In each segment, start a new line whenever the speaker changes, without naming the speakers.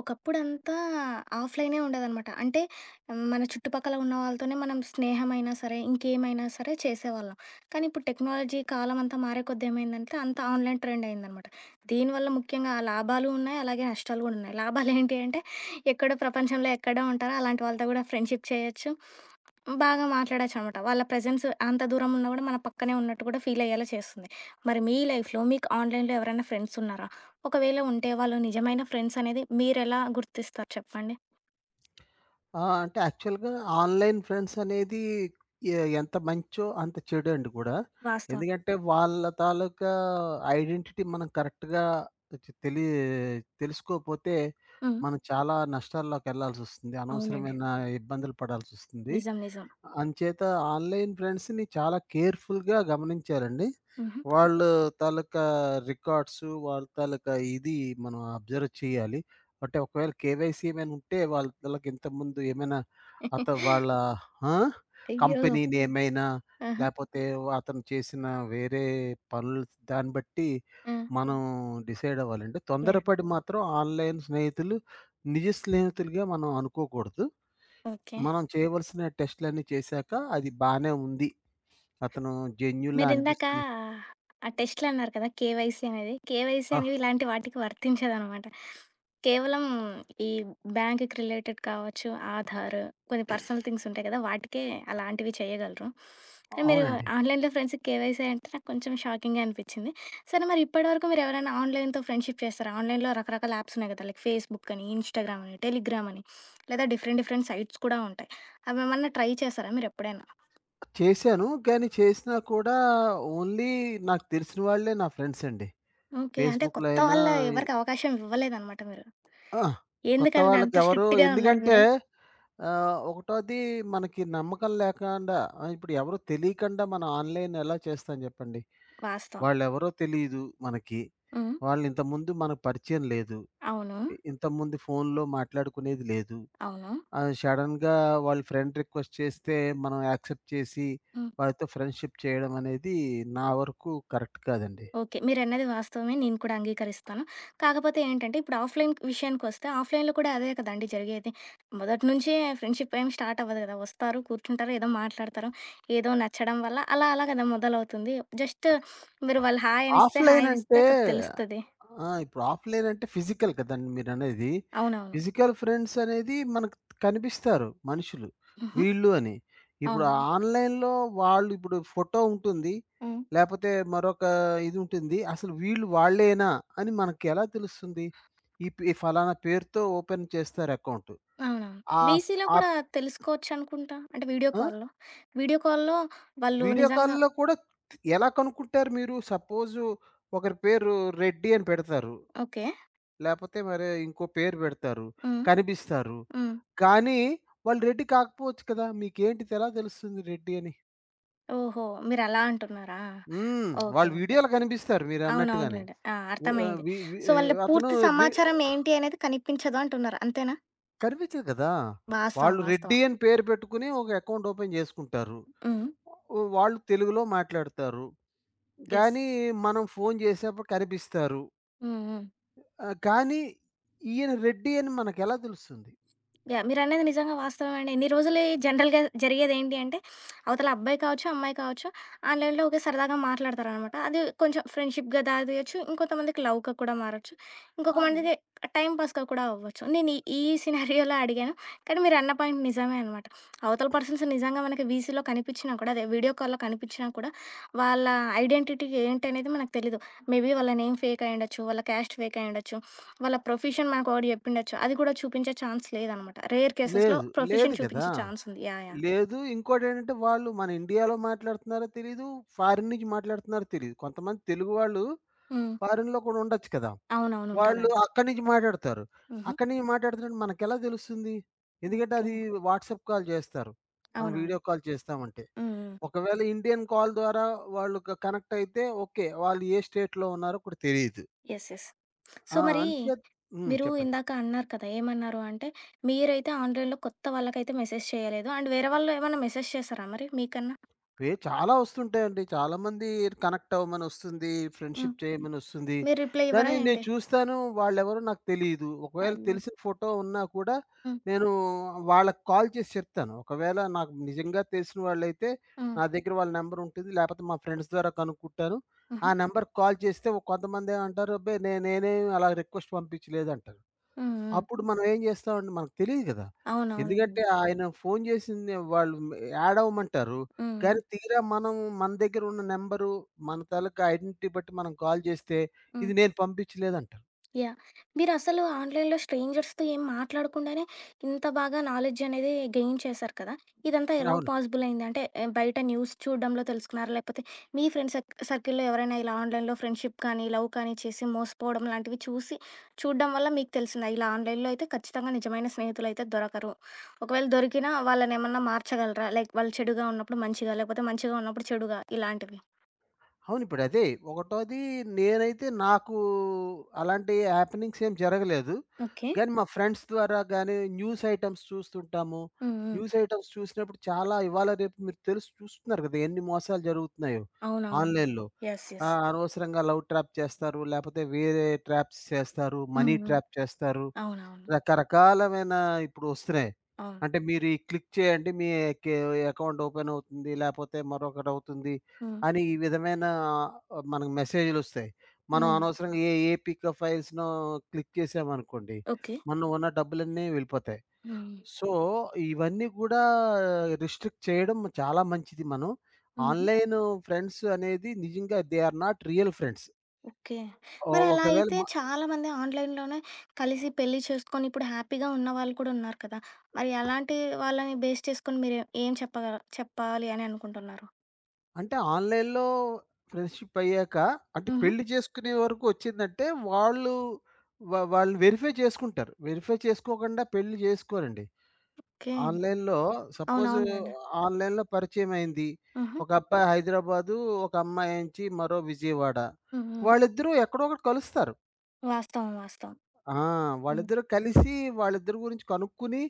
ఒకప్పుడంతా ఆఫ్‌లైనే ఉండేదనమాట. అంటే హ్మ్, మన చుట్టుపక్కల ఉన్న వాళ్ళతోనే మనం స్నేహమైనా సరే, ఇంకేమైనా సరే చేసేవాళ్ళం. కానీ ఇప్పుడు టెక్నాలజీ కాలం అంతా మారే కొద్దీ ఏమైందంటే అంతా ఆన్‌లైన్ ట్రెండ్ అయిందనమాట. దీనివల్ల ముఖ్యంగా లాభాలు ఉన్నాయి, అలాగే నష్టాలు గూడా ఉన్నాయి. లాభాలేంటి అంటే ఎక్కడో ప్రపంచంలో ఎక్కడో ఉంటారో అలాంటి వాళ్ళతో గూడా ఫ్రెండ్‌షిప్ చేయొచ్చు. బాగా మాట్లాడొచ్చనమాట. వాళ్ళ ప్రెజెన్స్ అంత దూరం ఉన్నా గూడా మన పక్కనే ఉన్నట్టు గూడా ఫీలయ్యేలా చేస్తుంది. మరి మీ లైఫ్‌లో మీకు ఆన్‌లైన్‌లో ఎవరైనా ఫ్రెండ్స్ ఉన్నారా? ఒకవేళ ఉంటే వాళ్ళు నిజమైన ఫ్రెండ్స్ అనేది మీరెలా గుర్తిస్తారు చెప్పండి?
అంటే యాక్చువల్‌గా ఆన్‌లైన్ ఫ్రెండ్స్ అనేది ఎంత మంచో అంత చెడు అండి కూడా.
వాస్తవం.
ఎందుకంటే వాళ్ళ తాలూకా ఐడెంటిటీ మనం కరెక్ట్‌గా తె తెలి తెలుసుకోకపోతే
హ్మ్.
మనం చాలా నష్టాల్లోకెళ్ళాల్సొస్తుంది.
అవునండి.
అనవసరమైన ఇబ్బందులు పడాల్సొస్తుంది.
నిజం. నిజం.
అంచేత ఆన్‌లైన్ ఫ్రెండ్స్‌ని చాలా కేర్‌ఫుల్‌గా గమనించాలండి.
హుహు.
వాళ్ళు తాలూకా రికార్డ్స్, వాళ్ళ తాలూకా ఇది మనం అబ్జర్వ్ చేయాలి. అంటే ఒకవేళ కేవైసీ ఏమైనా ఉంటే వాళ్ళ తాలూకా ఇంతకుముందు ఏమైనా అత వాళ్ళ ఆ!
అయ్యో!
కంపెనీ నేమైనా
ఆహా!
లేపోతే అతను చేసిన వేరే పనులు దాన్ని బట్టి
ఆ!
మనం డిసైడ్ అవ్వాలండి.
యాహ్!
తొందరపడి మాత్రం ఆన్‌లైన్ స్నేహితులు నిజ స్నేహితులుగా మనం అనుకోకూడదు.
ఓకే.
మనం చేయవలసిన టెస్ట్‌లన్నీ చేశాక, అది బానే ఉంది. అతను జెన్యూన్‌లా
మీరిందాక
అనిపిస్తుంది.
ఆ టెస్ట్‌లు అన్నారు కదా! కేవైసీ అనేది. కేవైసీ
ఆ!
అనేవి ఇలాంటి వాటికి వర్తించదనమాట. కేవలం ఈ బ్యాంక్‌కి రిలేటెడ్ కావచ్చు, ఆధార్, కొన్ని పర్సనల్ థింగ్స్ ఉంటాయి కదా! వాటికే అలాంటివి చేయగలరు. కానీ మీరు
అవునండి.
ఆన్‌లైన్‌లో ఫ్రెండ్స్‌కి కేవైసీ అంటే నాకు కొంచెం షాకింగే అనిపిచ్చింది. సరే మరి ఇప్పటివరకు మీరెవరైనా ఆన్‌లైన్‌తో ఫ్రెండ్‌షిప్ చేస్తారా? ఆన్‌లైన్‌లో రకరకాల యాప్స్ ఉన్నాయి కదా! లైక్ ఫేస్‌బుక్ అని, ఇన్‌స్టాగ్రామ్ అని, టెలిగ్రామ్ అని, లేదా డిఫరెంట్ డిఫరెంట్ సైట్స్ కూడా ఉంటాయి. అవేమన్నా ట్రై చేశారా మీరెప్పుడైనా?
చేశాను. కానీ చేసినా కూడా ఓన్లీ నాకు తెలిసిన వాళ్ళే నా ఫ్రెండ్స్ అండి.
ఓకే. అంటే
ఫేస్‌బుక్‌లో
కొత్త
అయినా
వాళ్ళు ఎవరికీ అవకాశం ఇవ్వలేదనమాట మీరు.
ఆ! కొత్త
ఎందుకంటే అంత
వాళ్ళకెవరు
స్ట్రిక్ట్‌గా ఉన్నారు
ఎందుకంటే
మీరు.
ఒకటోది మనకి నమ్మకం లేకుండా ఇప్పుడు ఎవరు తెలియకుండా మనం ఆన్‌లైన్ ఎలా చేస్తాం చెప్పండి?
వాస్తవం.
వాళ్ళెవరో తెలీదు మనకి.
హ్మ్.
వాళ్ళు ఇంతకుముందు మనకు పరిచయం లేదు.
అవును.
ఇంతకుముందు ఫోన్‌లో మాట్లాడుకునేది లేదు.
అవును.
సడెన్‌గా వాళ్ళ ఫ్రెండ్ రిక్వెస్ట్ చేస్తే మనం యాక్సెప్ట్ చేసి,
హ్మ్.
వాళ్ళతో ఫ్రెండ్‌షిప్ చేయడం అనేది నా వరకు కరెక్ట్ కాదండి.
ఓకే. మీరన్నది వాస్తవమే. నేను కూడా అంగీకరిస్తాను. కాకపోతే ఏంటంటే ఇప్పుడు ఆఫ్‌లైన్ విషయానికొస్తే ఆఫ్‌లైన్‌లో కూడా అదే కదండీ జరిగేది. మొదటి నుంచి ఫ్రెండ్‌షిప్ ఏమి స్టార్ట్ అవ్వదు కదా! వస్తారు, కూర్చుంటారు, ఏదో మాట్లాడతారు. ఏదో నచ్చడం వల్ల అలా అలా కదా మొదలవుతుంది. జస్ట్ మీరు వాళ్ళు హాయ్ అనిస్తే
ఆఫ్‌లైన్
హాయ్ అనిస్తే
అంటే
క తెలుస్తది.
ఇప్పుడు ఆఫ్‌లైన్ అంటే ఫిజికల్ కదండీ మీరనేది.
అవునవును.
ఫిజికల్ ఫ్రెండ్స్ అనేది మనకు కనిపిస్తారు మనుషులు,
హుహు.
వీళ్ళు అని. ఇప్పుడు
అవునవును.
ఆన్‌లైన్‌లో వాళ్ళు ఇప్పుడు ఫోటో ఉంటుంది.
హ్మ్.
లేపోతే మరొక ఇది ఉంటుంది. అసలు వీళ్ళు వాళ్ళేనా అని మనకి ఎలా తెలుస్తుంది? ఈ ఫలానా పేరుతో ఓపెన్ చేస్తారు అకౌంట్.
అవునవును.
ఆఫ్
వీసీలో కూడా
ఆప్
తెలుసుకోవచ్చనుకుంటా. అంటే వీడియో
ఆ!
కాల్‌లో. వీడియో కాల్‌లో వాళ్ళు
వీడియో
నిజంగా
కాల్‌లో కూడా ఎలా కనుక్కుంటారు మీరు? సపోజు ఒకరి పేరు రెడ్డి అని పెడతారు.
ఓకే.
లేపోతే మరి ఇంకో పేరు పెడతారు.
హ్మ్.
కనిపిస్తారు.
హ్మ్.
కానీ వాళ్ళు రెడ్డి కాకపోవచ్చు కదా! మీకేంటి ఎలా తెలుస్తుంది రెడ్డి అని?
ఓహో! మీరలా అంటున్నారా?
హ్మ్.
ఓకే.
వాళ్ళు
ఓకే.
వీడియోలో కనిపిస్తారు మీరన్నట్టుగానే.
అవునవునులెండి. ఆ!
వి ఆహ్,
అర్థమైంది.
వి వి
సో,
ఆహ్,
వాళ్ళ
అతను
పూర్తి
రె
సమాచారం ఏంటి అనేది కనిపించదు అంటున్నారు. అంతేనా?
కనిపించదు కదా!
వాస్తవం.
వాళ్ళు రెడ్డి
వాస్తవం.
అని పేరు పెట్టుకొని ఒక అకౌంట్ ఓపెన్ చేసుకుంటారు.
హ్మ్.
వాళ్ళు తెలుగులో మాట్లాడతారు.
యెస్.
కానీ మనం ఫోను చేసేప్పుడు కనిపిస్తారు.
హ్మ్. హ్మ్.
కానీ ఈయన రెడ్డి అని మనకెలా తెలుస్తుంది?
యాహ్! మీరనేది నిజంగా వాస్తవమండి. ఇన్ని రోజులు జనరల్‌గా జరిగేదేంటి అంటే, అవతల అబ్బాయి కావచ్చు, అమ్మాయి కావచ్చు, ఆన్‌లైన్‌లో ఒకే సరదాగా మాట్లాడతారనమాట. అది కొంచెం ఫ్రెండ్‌షిప్‌గా దారియొచ్చు. ఇంకొంతమందికి లవ్‌గా కూడా మారొచ్చు. ఇంకొక
ఆ!
మందికి టైమ్ పాస్‌గా కూడా అవ్వచ్చు. నేను ఈ ఈ సినారియోలో అడిగాను. కానీ మీరన్న పాయింట్ నిజమే అనమాట. అవతల పర్సన్స్ నిజంగా మనకి వీసీలో కనిపించినా కూడా, అదే వీడియో కాల్‌లో కనిపించినా కూడా, వాళ్ళ ఐడెంటిటీ ఏంటనేది మనకు తెలీదు. మేబీ వాళ్ళ నేమ్ ఫేక్ అయ్యుండొచ్చు, వాళ్ళ క్యాస్ట్ ఫేక్ అయ్యుండొచ్చు. వాళ్ళ ప్రొఫెషన్ మనకొకటి చెప్పిండొచ్చు. అది కూడా చూపించే ఛాన్స్ లేదనమాట. రేర్ కేసెస్‌లో
లేదు. లేదు
ప్రొఫెషన్
కదా!
చూపించే ఛాన్స్ ఉంది. యాహ్! యాహ్!
లేదు. ఇంకోటేంటంటే వాళ్ళు మన ఇండియాలో మాట్లాడుతున్నారో తెలీదు, ఫారిన్ నుంచి మాట్లాడుతున్నారో తెలీదు. కొంతమంది తెలుగు వాళ్ళు
హ్మ్.
ఫారిన్‌లో కూడా ఉండొచ్చు కదా!
అవునవును.
వాళ్ళు
ఉంటారండి.
అక్కడి నుంచి మాట్లాడతారు.
హుహు.
అక్కడి నుంచి మాట్లాడుతున్నట్టు మనకెలా తెలుస్తుంది? ఎందుకంటే
ఓకే.
అది వాట్సాప్ కాల్ చేస్తారు. మనం
అవునవును.
వీడియో కాల్ చేస్తామంటే.
హ్మ్. హ్మ్.
ఒకవేళ ఇండియన్ కాల్ ద్వారా వాళ్ళు కనెక్ట్ అయితే ఓకే. వాళ్ళు ఏ స్టేట్‌లో ఉన్నారో కూడా తెలీదు.
యెస్. యెస్. సో,
ఆ!
మరి
అంచేత హ్మ్.
మీరు
చెప్పండి.
ఇందాక అన్నారు కదా! ఏమన్నారు అంటే, మీరైతే ఆన్‌లైన్‌లో కొత్త వాళ్ళకైతే మెసేజ్ చేయలేదు. అండ్ వేరే వాళ్ళు ఏమన్నా మెసేజ్ చేసారా మరి మీకన్నా?
చాలా వస్తుంటాయండి. చాలామంది కనెక్ట్ అవ్వమనొస్తుంది.
హ్మ్.
ఫ్రెండ్‌షిప్ చేయమనొస్తుంది.
మీరు రిప్లై
కానీ
ఇవ్వరా
నేను
ఏంటి?
చూస్తాను వాళ్ళెవరో నాకు తెలీదు. ఒకవేళ
అయ్యో!
తెలిసిన ఫోటో ఉన్నా కూడా
హ్మ్.
నేను వాళ్ళకి కాల్ చేసి చెప్తాను. ఒకవేళ నాకు నిజంగా తెలిసిన వాళ్ళైతే
హ్మ్.
నా దగ్గర వాళ్ళ నంబర్ ఉంటుంది. లేపోతే మా ఫ్రెండ్స్ ద్వారా కనుక్కుంటాను. ఆ
హుహు.
నంబర్‌కి కాల్ చేస్తే కొంతమందేమంటారు అబ్బే! నేనేమి అలా రిక్వెస్ట్ పంపించలేదంటారు.
హ్మ్.
అప్పుడు
హ్మ్.
మనం ఏం జేస్తామండి? మనకు తెలీదు గదా! ఎందుకంటే
అవునవునండి.
ఆయన ఫోను జేసింది వాళ్ళు యాడ్ అవ్వమంటారు.
హ్మ్. హ్మ్.
కానీ తీరా మనం మన దగ్గర ఉన్న నంబరు, మన తాలూకా ఐడెంటిటీ బట్టి మనం కాల్ జేస్తే, ఇది
హ్మ్.
నేను పంపించలేదంటారు.
యాహ్! మీరసలు ఆన్‌లైన్‌లో స్ట్రేంజర్స్‌తో ఏం మాట్లాడకుండానే ఇంత బాగా నాలెడ్జ్ అనేది గెయిన్ చేశారు కదా! ఇదంతా ఎలా
అవును.
పాసిబుల్ అయింది? అంటే బయట న్యూస్ చూడడంలో తెలుసుకున్నారా? లేకపోతే మీ ఫ్రెండ్స్ సర్కిల్‌లో ఎవరైనా ఇలా ఆన్‌లైన్‌లో ఫ్రెండ్‌షిప్ కానీ, లవ్ కానీ చేసి మోసపోవడం లాంటివి చూసి చూడడం వల్ల మీకు తెలిసిందా? ఇలా ఆన్‌లైన్‌లో అయితే ఖచ్చితంగా నిజమైన స్నేహితులైతే దొరకరు. ఒకవేళ దొరికినా వాళ్ళనేమన్నా మార్చగలరా? లైక్ వాళ్ళు చెడుగా ఉన్నప్పుడు మంచిగా, లేకపోతే మంచిగా ఉన్నప్పుడు చెడుగా ఇలాంటివి.
అవును. ఇప్పుడదే ఒకటోది నేనైతే నాకు అలాంటి హ్యాపెనింగ్స్ ఏం జరగలేదు.
ఓకే.
గానీ మా ఫ్రెండ్స్ ద్వారా గానీ న్యూస్ ఐటెమ్స్ చూస్తుంటాము.
హ్మ్. హ్మ్.
న్యూస్ ఐటెమ్స్ చూసినప్పుడు చాలా ఇవాళ రేపు మీరు తెలుసు చూస్తున్నారు గదా! ఎన్ని మోసాలు జరుగుతున్నాయో
అవునవును.
ఆన్‌లైన్‌లో.
యెస్. యెస్.
అనవసరంగా లవ్ ట్రాప్ చేస్తారు. లేపోతే వేరే ట్రాప్స్ చేస్తారు.
హ్మ్.
మనీ
హ్మ్.
ట్రాప్ చేస్తారు.
అవునవును.
రకరకాలమైన ఇప్పుడు వస్తున్నాయి.
ఆ!
అంటే మీరు ఈ క్లిక్ చేయండి మీ కే అకౌంట్ ఓపెన్ అవుతుంది. లేపోతే మరొకటి అవుతుంది.
హ్మ్.
అని ఈ విధమైన మనకు మెసేజ్‌లొస్తాయి. మనం
హ్మ్.
అనవసరంగా ఏ ఏ పిక్ ఫైల్స్‌నో క్లిక్ చేసామనుకోండి.
ఓకే.
మనం ఉన్న డబ్బులన్నీ వెళ్ళిపోతాయి.
హ్మ్.
సో, ఇవన్నీ కూడా రిస్ట్రిక్ట్ చేయడం చాలా మంచిది మనం.
హుహు.
ఆన్‌లైన్ ఫ్రెండ్స్ అనేది నిజంగా they are not real friends.
Okay.
ఓ
మరి అలా
ఒకవేళ
అయితే
మ
చాలామంది ఆన్‌లైన్‌లోనే కలిసి పెళ్లి చేసుకొని ఇప్పుడు హ్యాపీగా ఉన్న వాళ్ళు కూడా ఉన్నారు కదా! మరి అలాంటి వాళ్ళని బేస్ చేసుకొని మీరు ఏం చెప్పగల చెప్పాలి అని అనుకుంటున్నారు?
అంటే ఆన్‌లైన్‌లో ఫ్రెండ్‌షిప్ అయ్యాక అంటే
హుహు.
పెళ్లి చేసుకునే వరకు వచ్చిందంటే వాళ్ళు వాళ్ళు వెరిఫై చేసుకుంటారు. వెరిఫై చేసుకోకుండా పెళ్లి చేసుకోరండి.
ఓకే. హ్మ్.
ఆన్‌లైన్‌లో సపోజ్
అవునవునులెండి.
ఆన్‌లైన్‌లో పరిచయం అయింది.
హుహు.
ఒక అబ్బాయి హైదరాబాదు, ఒక అమ్మాయి నుంచి మరో విజయవాడ.
హ్మ్. హ్మ్.
వాళ్ళిద్దరూ ఎక్కడో ఒకటి కలుస్తారు.
వాస్తవం. వాస్తవం.
ఆ!
హ్మ్.
వాళ్ళిద్దరూ కలిసి వాళ్ళిద్దరి గురించి కనుక్కుని,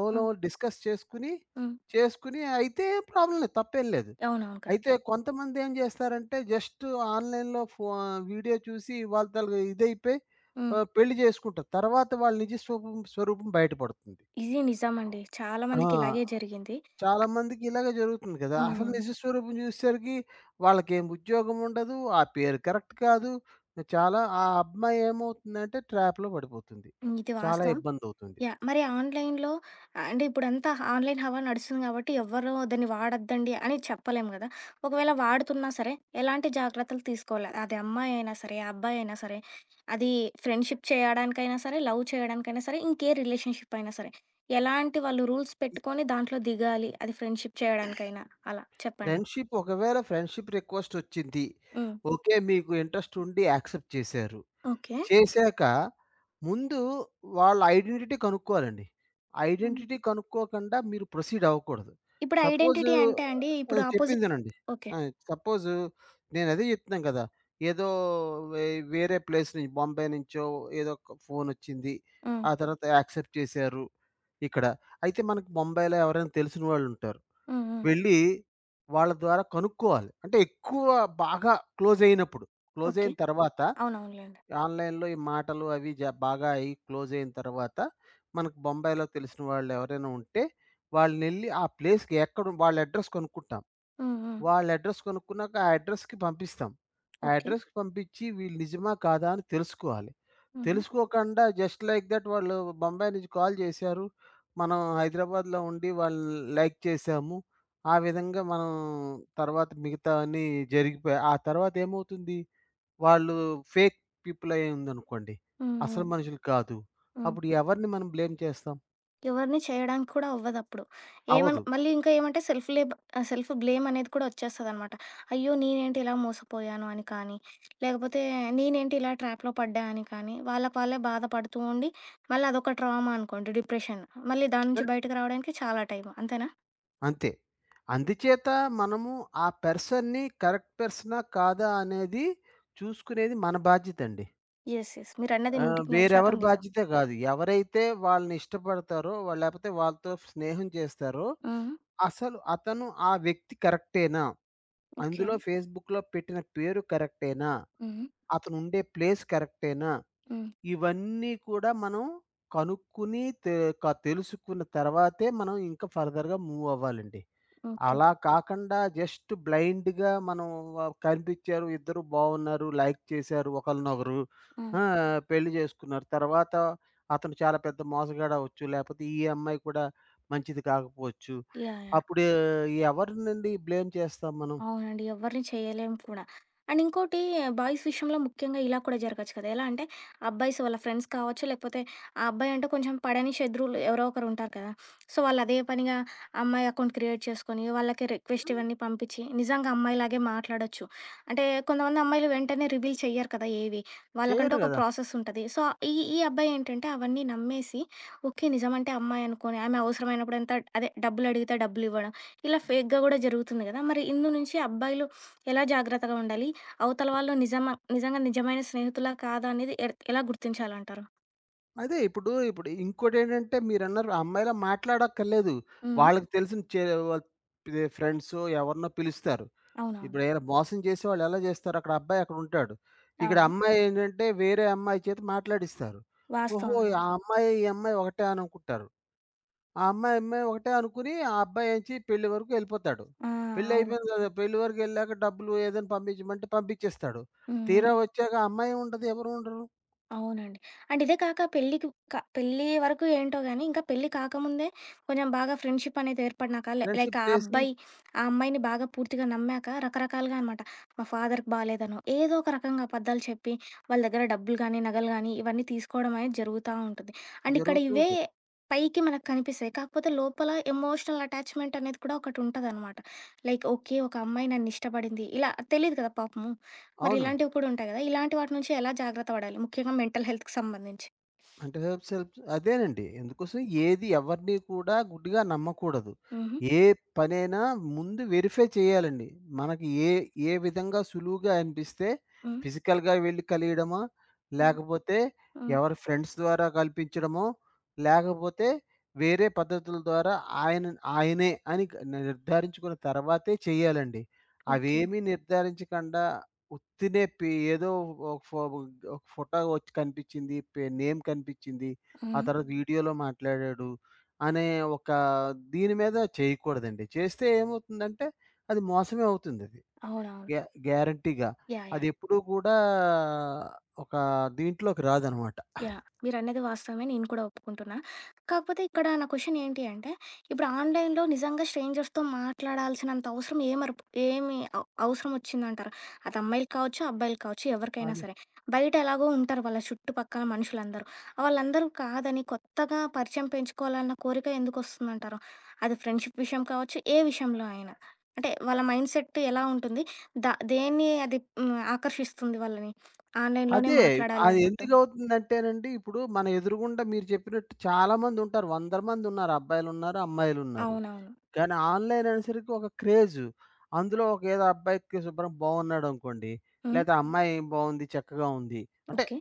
ఓలో
హ్మ్.
డిస్కస్ చేసుకుని,
హ్మ్.
చేసుకుని అయితే ప్రాబ్లమ్ లేదు. తప్పేం లేదు.
అవునవును.
అయితే
కరెక్టే.
కొంతమంది ఏం జేస్తారంటే జస్ట్ ఆన్‌లైన్‌లో వీడియో చూసి వాళ్ళు తల ఇదైపోయి
హ్మ్.
పెళ్లి జేసుకుంటారు. తర్వాత వాళ్ళ నిజ స్వరూపం బయటపడుతుంది.
ఇది నిజమండి. చాలా
ఆ!
మందికి ఇలాగే జరిగింది.
చాలామందికి ఇలాగే జరుగుతుంది గదా! అసలు
హ్మ్.
నిజ స్వరూపం జూసేసరికి వాళ్ళకేం ఉద్యోగం ఉండదు. ఆ పేరు కరెక్ట్ కాదు. చాలా ఆ అమ్మాయి ఏమవుతుందంటే ట్రాప్‌లో పడిపోతుంది.
హ్మ్. ఇది
చాలా
వాస్తవం.
ఇబ్బందవుతుంది.
యాహ్! మరి ఆన్‌లైన్‌లో అంటే ఇప్పుడంతా ఆన్‌లైన్ హవా నడుస్తుంది కాబట్టి ఎవ్వరు దాన్ని వాడొద్దండి అని చెప్పలేము గదా! ఒకవేళ వాడుతున్నా సరే ఎలాంటి జాగ్రత్తలు తీసుకోవాలి? అది అమ్మాయి అయినా సరే, అబ్బాయి అయినా సరే, అది ఫ్రెండ్‌షిప్ చేయడానికైనా సరే, లవ్ చేయడానికైనా సరే, ఇంకే రిలేషన్‌షిప్ అయినా సరే. ఎలాంటి వాళ్ళు రూల్స్
ఈ
పెట్టుకొని దాంట్లో దిగాలి? అది ఫ్రెండ్‌షిప్ చేయడానికైనా అలా చెప్పండి?
ఫ్రెండ్‌షిప్ ఒకవేళ ఫ్రెండ్‌షిప్ రిక్వెస్టొచ్చింది.
హ్మ్.
ఓకే. మీకు ఇంట్రెస్ట్ ఉండి యాక్సెప్ట్ చేశారు.
ఓకే.
చేశాక ముందు వాళ్ళ ఐడెంటిటీ కనుక్కోవాలండి.
హ్మ్.
ఐడెంటిటీ కనుక్కోకుండా మీరు ప్రొసీడ్ అవ్వకూడదు.
ఇప్పుడు
సపోజు
ఐడెంటిటీ అంటే అండి
ఆ!
ఇప్పుడు
చెప్పింది
అపోజిట్
వినండి.
ఓకే.
ఆ! సపోజు నేనదే చెప్తున్నాను కదా! ఏదో వే వేరే ప్లేస్ నుంచి బొంబాయి నుంచో ఏదో ఒక ఫోనొచ్చింది.
హ్మ్.
ఆ తర్వాత యాక్సెప్ట్ చేశారు ఇక్కడ. అయితే మనకు బొంబాయిలో ఎవరైనా తెలిసిన వాళ్ళుంటారు.
హ్మ్. హ్మ్.
వెళ్ళి వాళ్ళ ద్వారా కనుక్కోవాలి. అంటే ఎక్కువ బాగా క్లోజయినప్పుడు.
ఓకే.
క్లోజయిన తర్వాత
అవునవునులెండి.
ఆన్‌లైన్‌లో ఈ మాటలు అవి బాగా అయ్యి క్లోజయిన తర్వాత మనకు బొంబాయిలో తెలిసిన వాళ్ళెవరైనా ఉంటే వాళ్ళనెళ్లి ఆ ప్లేస్‌కి ఎక్కడ వాళ్ళ అడ్రెస్ కనుక్కుంటాం.
హ్మ్. హ్మ్.
వాళ్ళ అడ్రస్ కొనుక్కున్నాక ఆ అడ్రస్‌కి పంపిస్తాం. ఆ
ఓకే.
అడ్రస్‌కి పంపించి వీళ్ళు నిజమా? కాదా? అని తెలుసుకోవాలి.
హుహు.
తెలుసుకోకుండా జస్ట్ లైక్ థట్ వాళ్ళు బొంబాయి నుంచి కాల్ చేశారు. మనం హైదరాబాద్‌లో ఉండి వాళ్ళు లైక్ చేసాము. ఆ విధంగా మనం తర్వాత మిగతావన్నీ జరిగిపోయాయి. ఆ తర్వాత ఏమవుతుంది? వాళ్ళు ఫేక్ పీపుల్ అయ్యి ఉందనుకోండి.
హ్మ్.
అసలు
హ్మ్.
మనుషులు కాదు.
హ్మ్.
అప్పుడు ఎవరిని మనం బ్లేమ్ చేస్తాం?
ఎవరిని చేయడానికి కూడా అవ్వదప్పుడు.
అవ్వదు.
మళ్ళీ ఇంకా ఏమంటే సెల్ఫ్ బ్లేమ్ అనేది కూడా వచ్చేస్తదనమాట. అయ్యో! నేనేంటి ఇలా మోసపోయాను అని కానీ, లేకపోతే నేనేంటి ఇలా ట్రాప్‌లో పడ్డా అని కానీ, వాళ్ళకి వాళ్ళే బాధపడుతూ ఉండి, మళ్ళీ అదొక ట్రామా అనుకోండి డిప్రెషన్. మళ్ళీ దాని నుంచి బయటకి రావడానికి చాలా టైం. అంతేనా?
అంతే. అందుచేత మనము ఆ పర్సన్‌ని కరెక్ట్ పర్సనా? కాదా? అనేది చూసుకునేది మన బాధ్యతండి.
యెస్. యెస్. మీరన్నది 100%
వేరెవరి
నిజం.
బాధ్యత గాదు. ఎవరైతే వాళ్ళని ఇష్టపడతారో, వాళ్ళు లేపోతే వాళ్ళతో స్నేహం చేస్తారో,
హ్మ్.
అసలు అతను ఆ వ్యక్తి కరెక్టేనా?
ఓకే.
అందులో ఫేస్‌బుక్‌లో పెట్టిన పేరు కరెక్టేనా?
హ్మ్.
అతనుండే ప్లేస్ కరెక్టేనా?
హ్మ్.
ఇవన్నీ కూడా మనం కనుక్కుని, తె క తెలుసుకున్న తర్వాతే మనం ఇంకా ఫర్దర్‌గా మూవ్ అవ్వాలండి.
ఓకే.
అలా కాకుండా జస్ట్ బ్లైండ్‌గా మనం కనిపిచ్చారు, ఇద్దరు బావున్నారు, లైక్ చేశారు ఒకళ్ళనొకరు.
ఆ!
ఆ! పెళ్లి చేసుకున్నారు. తర్వాత అతను చాలా పెద్ద మోసగాడవ్వచ్చు, లేపోతే ఈ అమ్మాయి కూడా మంచిది కాకపోవచ్చు.
యాహ్! యాహ్!
అప్పుడు ఎవరినండి బ్లేమ్ చేస్తాం మనం?
అవునండి. ఎవరిని చేయలేం కూడా. అండ్ ఇంకోటి బాయ్స్ విషయంలో ముఖ్యంగా ఇలా కూడా జరగచ్చు కదా! ఎలా అంటే అబ్బాయిస్ వాళ్ళ ఫ్రెండ్స్ కావచ్చు, లేకపోతే ఆ అబ్బాయి అంటే కొంచెం పడని శత్రువులు ఎవరో ఒకరు ఉంటారు కదా! సో, వాళ్ళు అదే పనిగా అమ్మాయి అకౌంట్ క్రియేట్ చేసుకొని, వాళ్ళకి రిక్వెస్ట్
హ్మ్.
ఇవన్నీ పంపించి, నిజంగా అమ్మాయిలాగే మాట్లాడొచ్చు. అంటే కొంతమంది అమ్మాయిలు వెంటనే రివీల్ చెయ్యరు కదా ఏవి. వాళ్ళకంటూ
చేయరు
ఒక
గదా!
ప్రాసెస్ ఉంటది. సో, ఈ ఈ అబ్బాయి ఏంటంటే అవన్నీ నమ్మేసి, ఓకే. నిజమంటే అమ్మాయి అనుకోని, ఆమె అవసరమైనప్పుడు ఎంత అదే డబ్బులు అడిగితే డబ్బులివ్వడం. ఇలా ఫేక్‌గా గూడా జరుగుతుంది గదా! మరి ఇందు నుంచి అబ్బాయిలు ఎలా జాగ్రత్తగా ఉండాలి? అవతల వాళ్ళు నిజమా నిజంగా నిజమైన స్నేహితులా? కాదా? అనేది ఎలా గుర్తించాలంటారు?
అదే ఇప్పుడు, ఇంకోటేంటంటే మీరన్నారు ఆ అమ్మాయిలా మాట్లాడక్కర్లేదు.
హ్మ్.
వాళ్ళకి తెలిసిన చే వాళ్ ఇది ఫ్రెండ్సో ఎవరినో పిలుస్తారు.
అవునవును.
ఇప్పుడేమైనా మోసం చేసేవాళ్ళు ఎలా చేస్తారు? అక్కడ అబ్బాయి అక్కడుంటాడు. ఇక్కడ
అవును.
అమ్మాయి ఏంటంటే వేరే అమ్మాయి చేత మాట్లాడిస్తారు. ఓహో!
వాస్తవం అండి.
ఆ అమ్మాయి, ఈ అమ్మాయి ఒకటే అని అనుకుంటారు. ఆ అమ్మాయి, అమ్మాయి ఒకటే అనుకుని ఆ అబ్బాయి ఏంచి పెళ్లి వరకు ఎళ్ళిపోతాడు.
ఆ! అవును.
పెళ్లయిపోయింది కదా! పెళ్లి వరకు ఎళ్ళాక డబ్బులు ఏదైనా పంపించమంటే పంపించేస్తాడు.
హ్మ్. హ్మ్.
తీరా వచ్చాక ఆ అమ్మాయి ఉండదు, ఎవరు ఉండరు.
అవునండి. అండ్ ఇదే కాక పెళ్ళికి క పెళ్లి వరకు ఏంటో గాని, ఇంకా పెళ్లి కాకముందే కొంచెం బాగా ఫ్రెండ్‌షిప్ అనేది ఏర్పడినాక,
ఫ్రెండ్‌షిప్
లైక్ ఆ
చేసి
అబ్బాయి, ఆ అమ్మాయిని బాగా పూర్తిగా నమ్మాక రకరకాలుగా అనమాట. మా ఫాదర్‌కి బాలేదనో, ఏదో ఒక రకంగా అబద్ధాలు చెప్పి, వాళ్ళ దగ్గర డబ్బులు గానీ, నగలు గానీ ఇవన్నీ తీసుకోవడం అనేది జరుగుతా ఉంటుంది. అండ్ ఇక్కడ
జరుగుతూ
ఇవే
ఉంటుంది.
పైకి మనకు కనిపిస్తాయి. కాకపోతే లోపల ఎమోషనల్ అటాచ్‌మెంట్ అనేది కూడా ఒకటుంటదనమాట. Like okay. ఒక అమ్మాయి నన్ను ఇష్టపడింది. ఇలా తెలీదు కదా పాపము. మరి
అవును.
ఇలాంటివి కూడా ఉంటాయి కదా! ఇలాంటి వాటి నుంచి ఎలా జాగ్రత్త పడాలి? ముఖ్యంగా మెంటల్ హెల్త్‌కి సంబంధించి.
అంటే హెల్ప్ సెల్ప్ అదేనండి. ఎందుకోసం ఏది ఎవరిని కూడా గుడ్డిగా నమ్మకూడదు.
హుహు.
ఏ పనైనా ముందు వెరిఫై చేయాలండి. మనకి ఏ ఏ విధంగా సులువుగా అనిపిస్తే
హ్మ్.
ఫిజికల్‌గా వెళ్లి కలియడమా,
హ్మ్.
లేకపోతే
ఓకే.
ఎవరి ఫ్రెండ్స్ ద్వారా కల్పించడమో, లేకపోతే వేరే పద్ధతుల ద్వారా ఆయన ఆయనే అని నిర్ధారించుకున్న తర్వాతే చేయాలండి.
ఓకే.
అవేమీ నిర్ధారించకుండా ఉత్తినే ఏదో ఒక ఫో ఒక ఫోటో వచ్చి కనిపించింది. పే నేమ్ కనిపించింది. ఆ
హ్మ్.
తర్వాత వీడియోలో మాట్లాడాడు అనే ఒక దీని మీద చేయకూడదండి. చేస్తే ఏమవుతుందంటే అది మోసమే అవుతుందది.
అవునవును.
గ్యా గ్యారంటీగా.
యాహ్! యాహ్!
అదెప్పుడూ కూడా ఒక దీంట్లోకి రాదనమాట.
యాహ్! మీరన్నది వాస్తవమే. నేను కూడా ఒప్పుకుంటున్నా. కాకపోతే ఇక్కడ నా క్వెషన్ ఏంటి అంటే, ఇప్పుడు ఆన్‌లైన్‌లో నిజంగా స్ట్రేంజర్స్‌తో మాట్లాడాల్సినంత అవసరం ఏమరుప్ ఏమి అవ్ అవసరం వచ్చిందంటారు? అది అమ్మాయిలకి కావచ్చు, అబ్బాయిలకి కావచ్చు, ఎవరికైనా
అది.
సరే. బయట ఎలాగో ఉంటారు వాళ్ళ చుట్టుపక్కల మనుషులందరూ. వాళ్ళందరూ కాదని కొత్తగా పరిచయం పెంచుకోవాలన్న కోరిక ఎందుకొస్తుందంటారు? అది ఫ్రెండ్‌షిప్ విషయం కావచ్చు, ఏ విషయంలో అయినా. అంటే వాళ్ళ మైండ్ సెట్ ఎలా ఉంటుంది? దేన్ని అది హ్మ్, ఆకర్షిస్తుంది వాళ్ళని? ఆన్‌లైన్‌లోనే
అదే.
మాట్లాడాలి
అది
అన్నట్టు.
ఎందుకవుతుందంటేనండి, ఇప్పుడు మన ఎదురుగుండా మీరు చెప్పినట్టు చాలా మందుంటారు. వందల మందున్నారు. అబ్బాయిలున్నారు, అమ్మాయిలున్నారు.
అవునవును.
కానీ ఆన్‌లైన్ అనేసరికి ఒక క్రేజు. అందులో ఒక ఏదో అబ్బాయికి శుభ్రం బాగున్నాడనుకోండి,
హ్మ్.
లేతే అమ్మాయి బాగుంది, చక్కగా ఉంది. అంటే
ఓకే.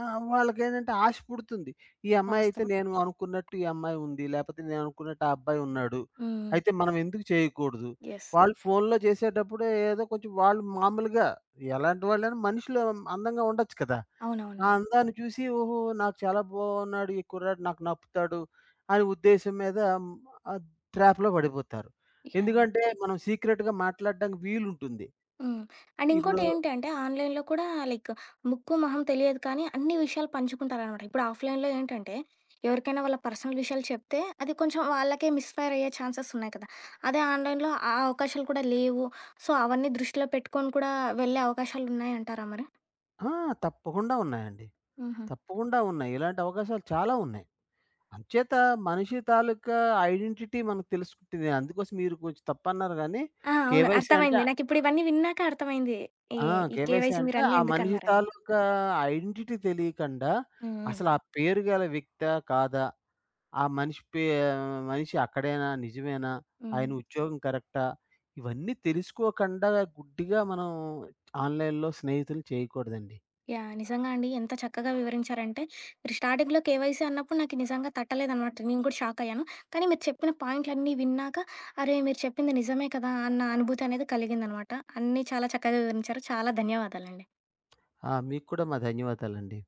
ఆ! వాళ్ళకేంటంటే ఆశ పుడుతుంది. ఈ అమ్మాయి అయితే
వాస్తవం.
నేను అనుకున్నట్టు ఈ అమ్మాయి ఉంది. లేపోతే నేను అనుకున్నట్టు ఆ అబ్బాయి ఉన్నాడు.
హ్మ్.
అయితే మనం ఎందుకు చేయకూడదు?
యెస్.
వాళ్ళు ఫోన్‌లో చేసేటప్పుడే ఏదో కొంచెం వాళ్ళు మామూలుగా ఎలాంటి వాళ్ళైనా మనుషులు అందంగా ఉండొచ్చు కదా! ఆ
అవునవునండి.
అందాన్ని చూసి ఓహో! నాకు చాలా బాగున్నాడు. ఈ కుర్రాడు నాకు నప్పుతాడు అనే ఉద్దేశం మీద ఆ ట్రాప్‌లో పడిపోతారు.
యాహ్!
ఎందుకంటే మనం సీక్రెట్‌గా మాట్లాడడానికి వీలుంటుంది.
హ్మ్. అండ్
ఇప్పుడు
ఇంకోటేంటి అంటే ఆన్‌లైన్‌లో కూడా లైక్ ముక్కు, మొహం తెలియదు కానీ అన్ని విషయాలు పంచుకుంటారనమాట. ఇప్పుడు ఆఫ్‌లైన్‌లో ఏంటంటే ఎవరికైనా వాళ్ళ పర్సనల్ విషయాలు చెప్తే అది కొంచెం వాళ్ళకే మిస్‌ఫైర్ అయ్యే ఛాన్సెస్ ఉన్నాయి కదా! అదే ఆన్‌లైన్‌లో ఆ అవకాశాలు కూడా లేవు. సో, అవన్నీ దృష్టిలో పెట్టుకొని కూడా వెళ్ళే అవకాశాలున్నాయంటారా మరి?
ఆ! తప్పకుండా ఉన్నాయండి.
హుహు.
తప్పకుండా ఉన్నాయి. ఇలాంటి అవకాశాలు చాలా ఉన్నాయి. అంచేత మనిషి తాలూకా ఐడెంటిటీ మనకు తెలుసుకుంటుంది. అందుకోసం మీరు కొంచెం తప్పన్నారు గానీ,
ఆ! అవును.
కేవైసీ అంటే
అర్థమైంది. నాకిప్పుడు ఇవన్నీ విన్నాక అర్థమైంది. ఈ
ఆ!
ఈ
కేవైసీ
కేవైసీ
అంటే
మీరన్నీ
ఆ మనిషి
ఎందుకన్నారని.
తాలూకా ఐడెంటిటీ తెలియకండా,
హ్మ్. హ్మ్.
అసలు ఆ పేరు గల వ్యక్తా? కాదా? ఆ మనిషి మనిషి అక్కడేనా? నిజమేనా?
హ్మ్.
ఆయన ఉద్యోగం కరెక్టా? ఇవన్నీ తెలుసుకోకండా గుడ్డిగా మనం ఆన్‌లైన్‌లో స్నేహితులు చేయకూడదండి.
యాహ్! నిజంగా అండి. ఎంత చక్కగా వివరించారంటే, మీరు స్టార్టింగ్‌లో కేవైసీ అన్నప్పుడు నాకు నిజంగా తట్టలేదనమాట. నేను కూడా షాక్ అయ్యాను. కానీ మీరు చెప్పిన పాయింట్లన్నీ విన్నాక, అరే! మీరు చెప్పింది నిజమే కదా! అన్న అనుభూతి అనేది కలిగిందనమాట. అన్నీ చాలా చక్కగా వివరించారు. చాలా ధన్యవాదాలండి.
ఆ! మీకు కూడా మా ధన్యవాదాలండి.